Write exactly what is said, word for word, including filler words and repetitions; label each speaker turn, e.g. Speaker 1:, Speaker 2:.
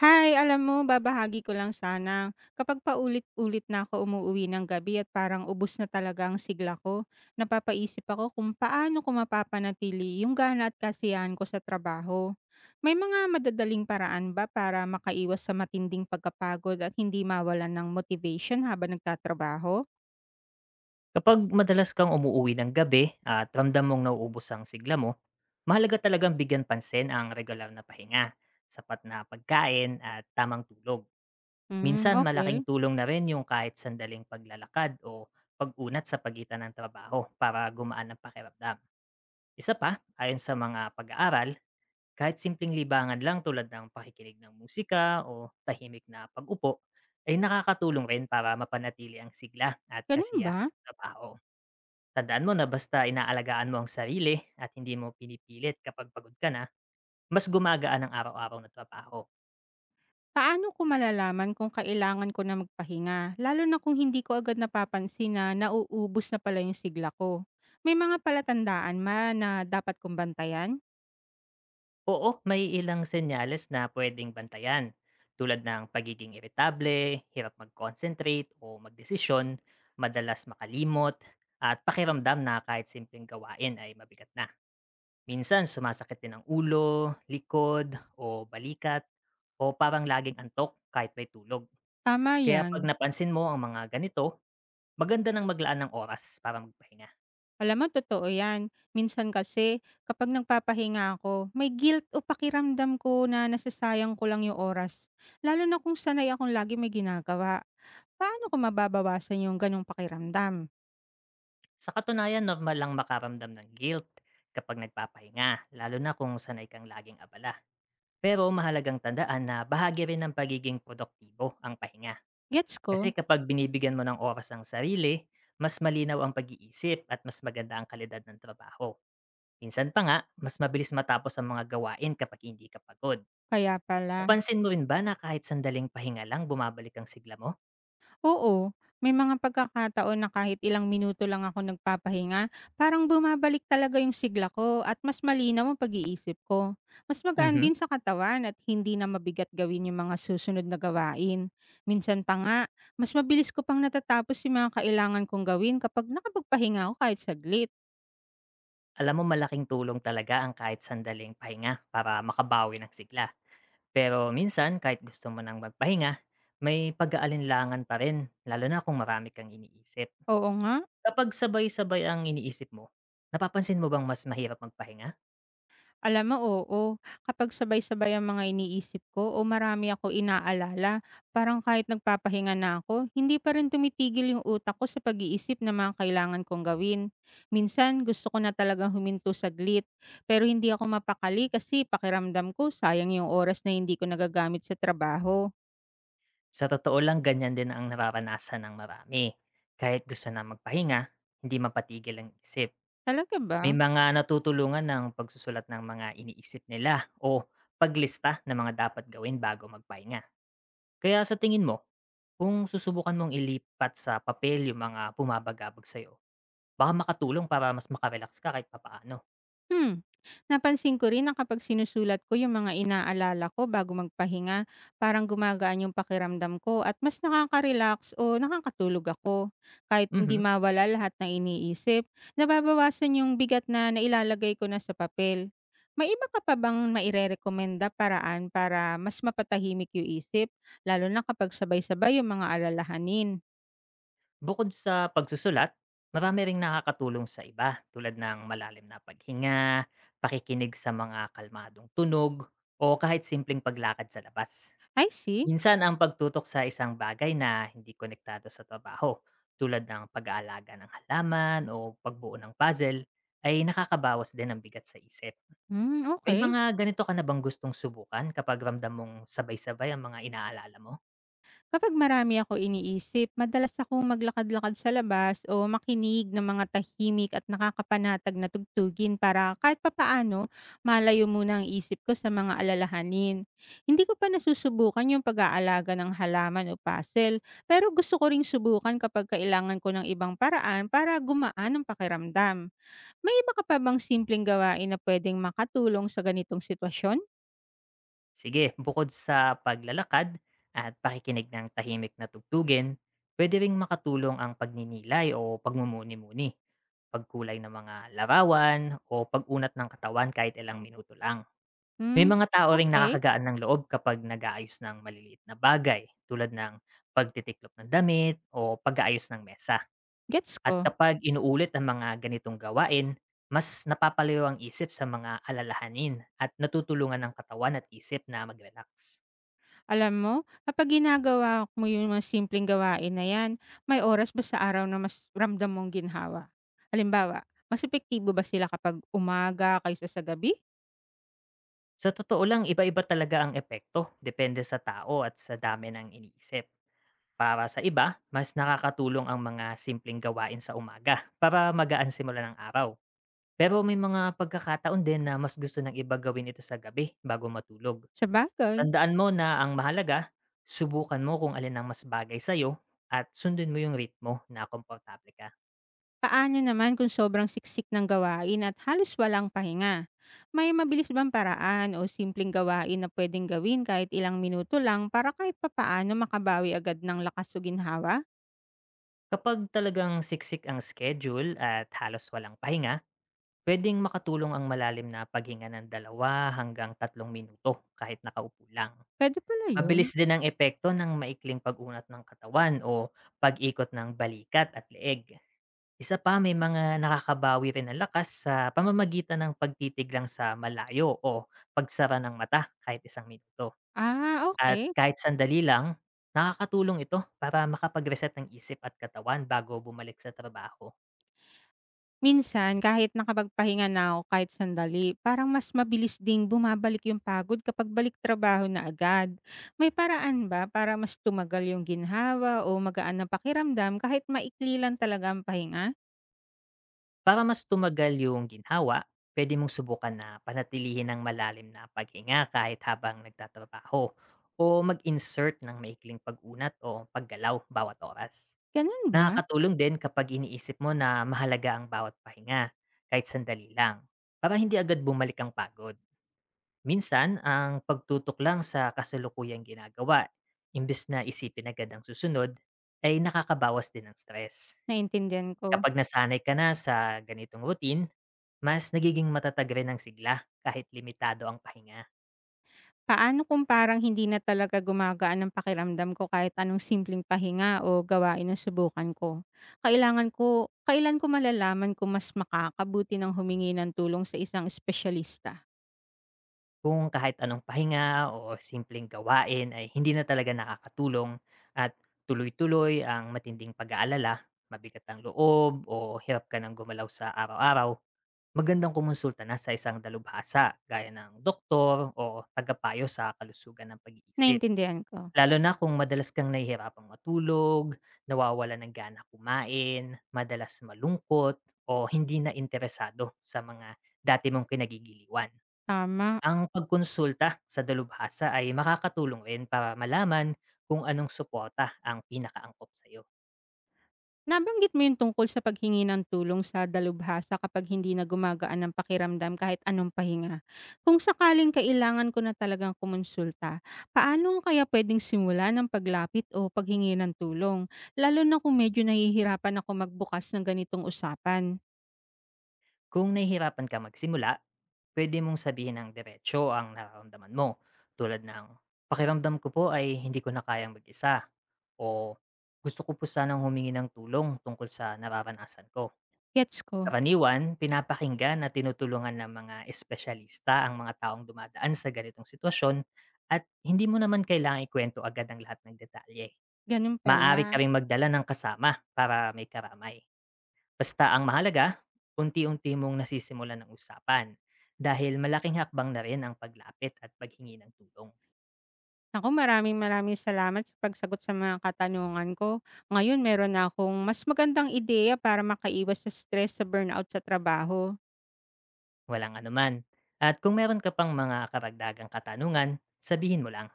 Speaker 1: Hi, alam mo, babahagi ko lang sana. Kapag paulit-ulit na ako umuwi ng gabi at parang ubos na talaga ang sigla ko, napapaisip ako kung paano ko mapapanatili yung gana at kasiyahan ko sa trabaho. May mga madadaling paraan ba para makaiwas sa matinding pagkapagod at hindi mawalan ng motivation habang nagtatrabaho?
Speaker 2: Kapag madalas kang umuuwi ng gabi at ramdam mong nauubos ang sigla mo, mahalaga talagang bigyan pansin ang regular na pahinga, sapat na pagkain at tamang tulog.
Speaker 1: Hmm,
Speaker 2: Minsan
Speaker 1: okay.
Speaker 2: malaking tulong na rin yung kahit sandaling paglalakad o pag-unat sa pagitan ng trabaho para gumaan ang pakiramdam. Isa pa, ayon sa mga pag-aaral, kahit simpleng libangan lang tulad ng pakikinig ng musika o tahimik na pag-upo, ay nakakatulong rin para mapanatili ang sigla at
Speaker 1: Ganun
Speaker 2: kasiyahan
Speaker 1: ba?
Speaker 2: sa trabaho. Tandaan mo na basta inaalagaan mo ang sarili at hindi mo pinipilit kapag pagod ka na, mas gumagaan ang araw-araw na trabaho.
Speaker 1: Paano ko malalaman kung kailangan ko na magpahinga, lalo na kung hindi ko agad napapansin na nauubos na pala yung sigla ko? May mga palatandaan ma na dapat kong bantayan?
Speaker 2: Oo, may ilang senyales na pwedeng bantayan, tulad ng pagiging irritable, hirap mag-concentrate o magdesisyon, madalas makalimot, at pakiramdam na kahit simpleng gawain ay mabigat na. Minsan sumasakit din ang ulo, likod, o balikat, o parang laging antok kahit may tulog.
Speaker 1: Tama
Speaker 2: Kaya pag
Speaker 1: yan.
Speaker 2: napansin mo ang mga ganito, maganda ng maglaan ng oras para magpahinga.
Speaker 1: Alam mo, totoo yan. Minsan kasi, kapag nagpapahinga ako, may guilt o pakiramdam ko na nasasayang ko lang yung oras. Lalo na kung sanay akong lagi may ginagawa. Paano ko mababawasan yung ganong pakiramdam?
Speaker 2: Sa katunayan, normal lang makaramdam ng guilt kapag nagpapahinga, lalo na kung sanay kang laging abala. Pero mahalagang tandaan na bahagi rin ng pagiging produktibo ang pahinga.
Speaker 1: Gets
Speaker 2: Kasi
Speaker 1: ko?
Speaker 2: kapag binibigyan mo ng oras ang sarili, mas malinaw ang pag-iisip at mas maganda ang kalidad ng trabaho. Minsan pa nga, mas mabilis matapos ang mga gawain kapag hindi ka pagod.
Speaker 1: Kaya pala.
Speaker 2: Napansin mo rin ba na kahit sandaling pahinga lang bumabalik ang sigla mo?
Speaker 1: Oo, may mga pagkakataon na kahit ilang minuto lang ako nagpapahinga, parang bumabalik talaga yung sigla ko at mas malinaw ang pag-iisip ko. Mas magaan
Speaker 2: Mhm.
Speaker 1: din sa katawan at hindi na mabigat gawin yung mga susunod na gawain. Minsan pa nga, mas mabilis ko pang natatapos yung mga kailangan kong gawin kapag nakapagpahinga ako kahit saglit.
Speaker 2: Alam mo malaking tulong talaga ang kahit sandaling pahinga para makabawi ng sigla. Pero minsan kahit gusto mo nang magpahinga, may pag-aalinlangan pa rin lalo na kung marami kang iniisip.
Speaker 1: Oo nga.
Speaker 2: Kapag sabay-sabay ang iniisip mo, napapansin mo bang mas mahirap magpahinga?
Speaker 1: Alam mo, oo. Kapag sabay-sabay ang mga iniisip ko o marami ako inaalala, parang kahit nagpapahinga na ako, hindi pa rin tumitigil yung utak ko sa pag-iisip ng mga kailangan kong gawin. Minsan, gusto ko na talagang huminto saglit, pero hindi ako mapakali kasi pakiramdam ko sayang yung oras na hindi ko nagagamit sa trabaho.
Speaker 2: Sa totoo lang ganyan din ang nararanasan ng marami. Kahit gusto na magpahinga, hindi mapatigil ang isip.
Speaker 1: Talaga
Speaker 2: May
Speaker 1: ba?
Speaker 2: mga natutulungan ng pagsusulat ng mga iniisip nila o paglista ng mga dapat gawin bago magpahinga. Kaya sa tingin mo, kung susubukan mong ilipat sa papel yung mga bumabagabag sa'yo, baka makatulong para mas maka-relax ka kahit papaano.
Speaker 1: Hmm, Napansin ko rin na kapag sinusulat ko yung mga inaalala ko bago magpahinga, parang gumagaan yung pakiramdam ko at mas nakaka-relax o nakakatulog ako. Kahit hindi
Speaker 2: Mhm.
Speaker 1: mawala lahat ng iniisip, nababawasan yung bigat na nailalagay ko na sa papel. May iba ka pa bang mairerekomenda paraan para mas mapatahimik yung isip, lalo na kapag sabay-sabay yung mga alalahanin?
Speaker 2: Bukod sa pagsusulat, marami ring nakakatulong sa iba tulad ng malalim na paghinga, pakikinig sa mga kalmadong tunog, o kahit simpleng paglakad sa labas.
Speaker 1: I see.
Speaker 2: Minsan ang pagtutok sa isang bagay na hindi konektado sa trabaho, tulad ng pag-aalaga ng halaman o pagbuo ng puzzle, ay nakakabawas din ng bigat sa isip.
Speaker 1: Hmm,
Speaker 2: May
Speaker 1: okay.
Speaker 2: mga ganito ka na bang gustong subukan kapag ramdam mong sabay-sabay ang mga inaalala mo?
Speaker 1: Kapag marami ako iniisip, madalas akong maglakad-lakad sa labas o makinig ng mga tahimik at nakakapanatag na tugtugin para kahit papaano malayo muna ang isip ko sa mga alalahanin. Hindi ko pa nasusubukan yung pag-aalaga ng halaman o puzzle, pero gusto ko ring subukan kapag kailangan ko ng ibang paraan para gumaan ang pakiramdam. May iba ka pa bang simpleng gawain na pwedeng makatulong sa ganitong sitwasyon?
Speaker 2: Sige, bukod sa paglalakad at pakikinig ng tahimik na tugtugin, pwede ring makatulong ang pagninilay o pagmumuni-muni, pagkulay ng mga larawan o pag-unat ng katawan kahit ilang minuto lang. May
Speaker 1: Hmm,
Speaker 2: mga tao ring
Speaker 1: okay.
Speaker 2: nakakagaan ng loob kapag nag-aayos ng maliliit na bagay tulad ng pagtitiklop ng damit o pag-aayos ng mesa.
Speaker 1: Gets
Speaker 2: At
Speaker 1: ko.
Speaker 2: kapag inuulit ang mga ganitong gawain, mas napapalayo ang isip sa mga alalahanin at natutulungan ang katawan at isip na mag-relax.
Speaker 1: Alam mo, kapag ginagawa mo yung mga simpleng gawain na yan, may oras ba sa araw na mas ramdam mong ginhawa? Halimbawa, mas epektibo ba sila kapag umaga kaysa sa gabi?
Speaker 2: Sa totoo lang, iba-iba talaga ang epekto depende sa tao at sa dami ng iniisip. Para sa iba, mas nakakatulong ang mga simpleng gawain sa umaga para magaan simula ng araw. Pero may mga pagkakataon din na mas gusto ng iba gawin ito sa gabi bago matulog.
Speaker 1: Sabagay,
Speaker 2: Tandaan mo na ang mahalaga, subukan mo kung alin ang mas bagay sa'yo at sundin mo yung ritmo na komportable ka.
Speaker 1: paano naman kung sobrang siksik ng gawain at halos walang pahinga? May mabilis bang paraan o simpleng gawain na pwedeng gawin kahit ilang minuto lang para kahit papaano makabawi agad ng lakas o ginhawa?
Speaker 2: Kapag talagang siksik ang schedule at halos walang pahinga, pwedeng makatulong ang malalim na paghinga ng dalawa hanggang tatlong minuto kahit nakaupo lang.
Speaker 1: Pwede pala yun.
Speaker 2: Mabilis din ang epekto ng maikling pag-unat ng katawan o pag-ikot ng balikat at leeg. Isa pa, may mga nakakabawi rin ang lakas sa pamamagitan ng pagtitig lang sa malayo o pagsara ng mata kahit isang minuto.
Speaker 1: Ah,
Speaker 2: At
Speaker 1: okay.
Speaker 2: kahit sandali lang, nakakatulong ito para makapag-reset ng isip at katawan bago bumalik sa trabaho.
Speaker 1: Minsan kahit nakapagpahinga na ako kahit sandali, parang mas mabilis ding bumabalik yung pagod kapag balik trabaho na agad. May paraan ba para mas tumagal yung ginhawa o magaan na pakiramdam kahit maikli lang talaga ang pahinga?
Speaker 2: Para mas tumagal yung ginhawa, pwede mong subukan na panatilihin ng malalim na paghinga kahit habang nagtatrabaho o mag-insert ng maikling pag-unat o paggalaw bawat oras.
Speaker 1: Ganun ba?
Speaker 2: Nakakatulong din kapag iniisip mo na mahalaga ang bawat pahinga, kahit sandali lang, para hindi agad bumalik ang pagod. Minsan, ang pagtutok lang sa kasalukuyang ginagawa, imbes na isipin agad ang susunod, ay nakakabawas din ng stress.
Speaker 1: Naintindihan ko.
Speaker 2: Kapag nasanay ka na sa ganitong routine, mas nagiging matatag rin ang sigla kahit limitado ang pahinga.
Speaker 1: Paano kung parang hindi na talaga gumagaan ang pakiramdam ko kahit anong simpleng pahinga o gawain ang subukan ko? Kailangan ko kailan ko malalaman kung mas makakabuti ng humingi ng tulong sa isang espesyalista?
Speaker 2: Kung kahit anong pahinga o simpleng gawain ay hindi na talaga nakakatulong at tuloy-tuloy ang matinding pag-aalala, mabigat ang loob o hirap ka ng gumalaw sa araw-araw, magandang kumonsulta na sa isang dalubhasa gaya ng doktor o tagapayo sa kalusugan ng pag-iisip.
Speaker 1: Naintindihan ko.
Speaker 2: Lalo na kung madalas kang nahihirapang matulog, nawawala ng gana kumain, madalas malungkot o hindi na interesado sa mga dati mong kinagigiliwan.
Speaker 1: Tama.
Speaker 2: Ang pagkonsulta sa dalubhasa ay makakatulong rin para malaman kung anong suporta ang pinakaangkop sa iyo.
Speaker 1: Nabanggit mo yung tungkol sa paghingi ng tulong sa dalubhasa kapag hindi na gumagaan ang pakiramdam kahit anong pahinga. Kung sakaling kailangan ko na talagang kumonsulta, paano ko kaya pwedeng simula ng paglapit o paghingi ng tulong? Lalo na kung medyo nahihirapan ako magbukas ng ganitong usapan.
Speaker 2: Kung nahihirapan ka magsimula, pwede mong sabihin ng diretso ang nararamdaman mo tulad ng "Pakiramdam ko po ay hindi ko na kayang mag-isa" o "Gusto ko po sanang humingi ng tulong tungkol sa nararanasan ko."
Speaker 1: Gets ko.
Speaker 2: Karaniwan, pinapakinggan at tinutulungan ng mga espesyalista ang mga taong dumadaan sa ganitong sitwasyon at hindi mo naman kailangang ikwento agad ang lahat ng detalye.
Speaker 1: Ganun
Speaker 2: Maaari ka
Speaker 1: pala.
Speaker 2: ring magdala ng kasama para may karamay. Basta ang mahalaga, unti-unti mong nasisimulan ng usapan dahil malaking hakbang na rin ang paglapit at paghingi ng tulong.
Speaker 1: Ako, maraming maraming salamat sa pagsagot sa mga katanungan ko. Ngayon, meron na akong mas magandang ideya para makaiwas sa stress sa burnout sa trabaho.
Speaker 2: Walang anuman. At kung meron ka pang mga karagdagang katanungan, sabihin mo lang.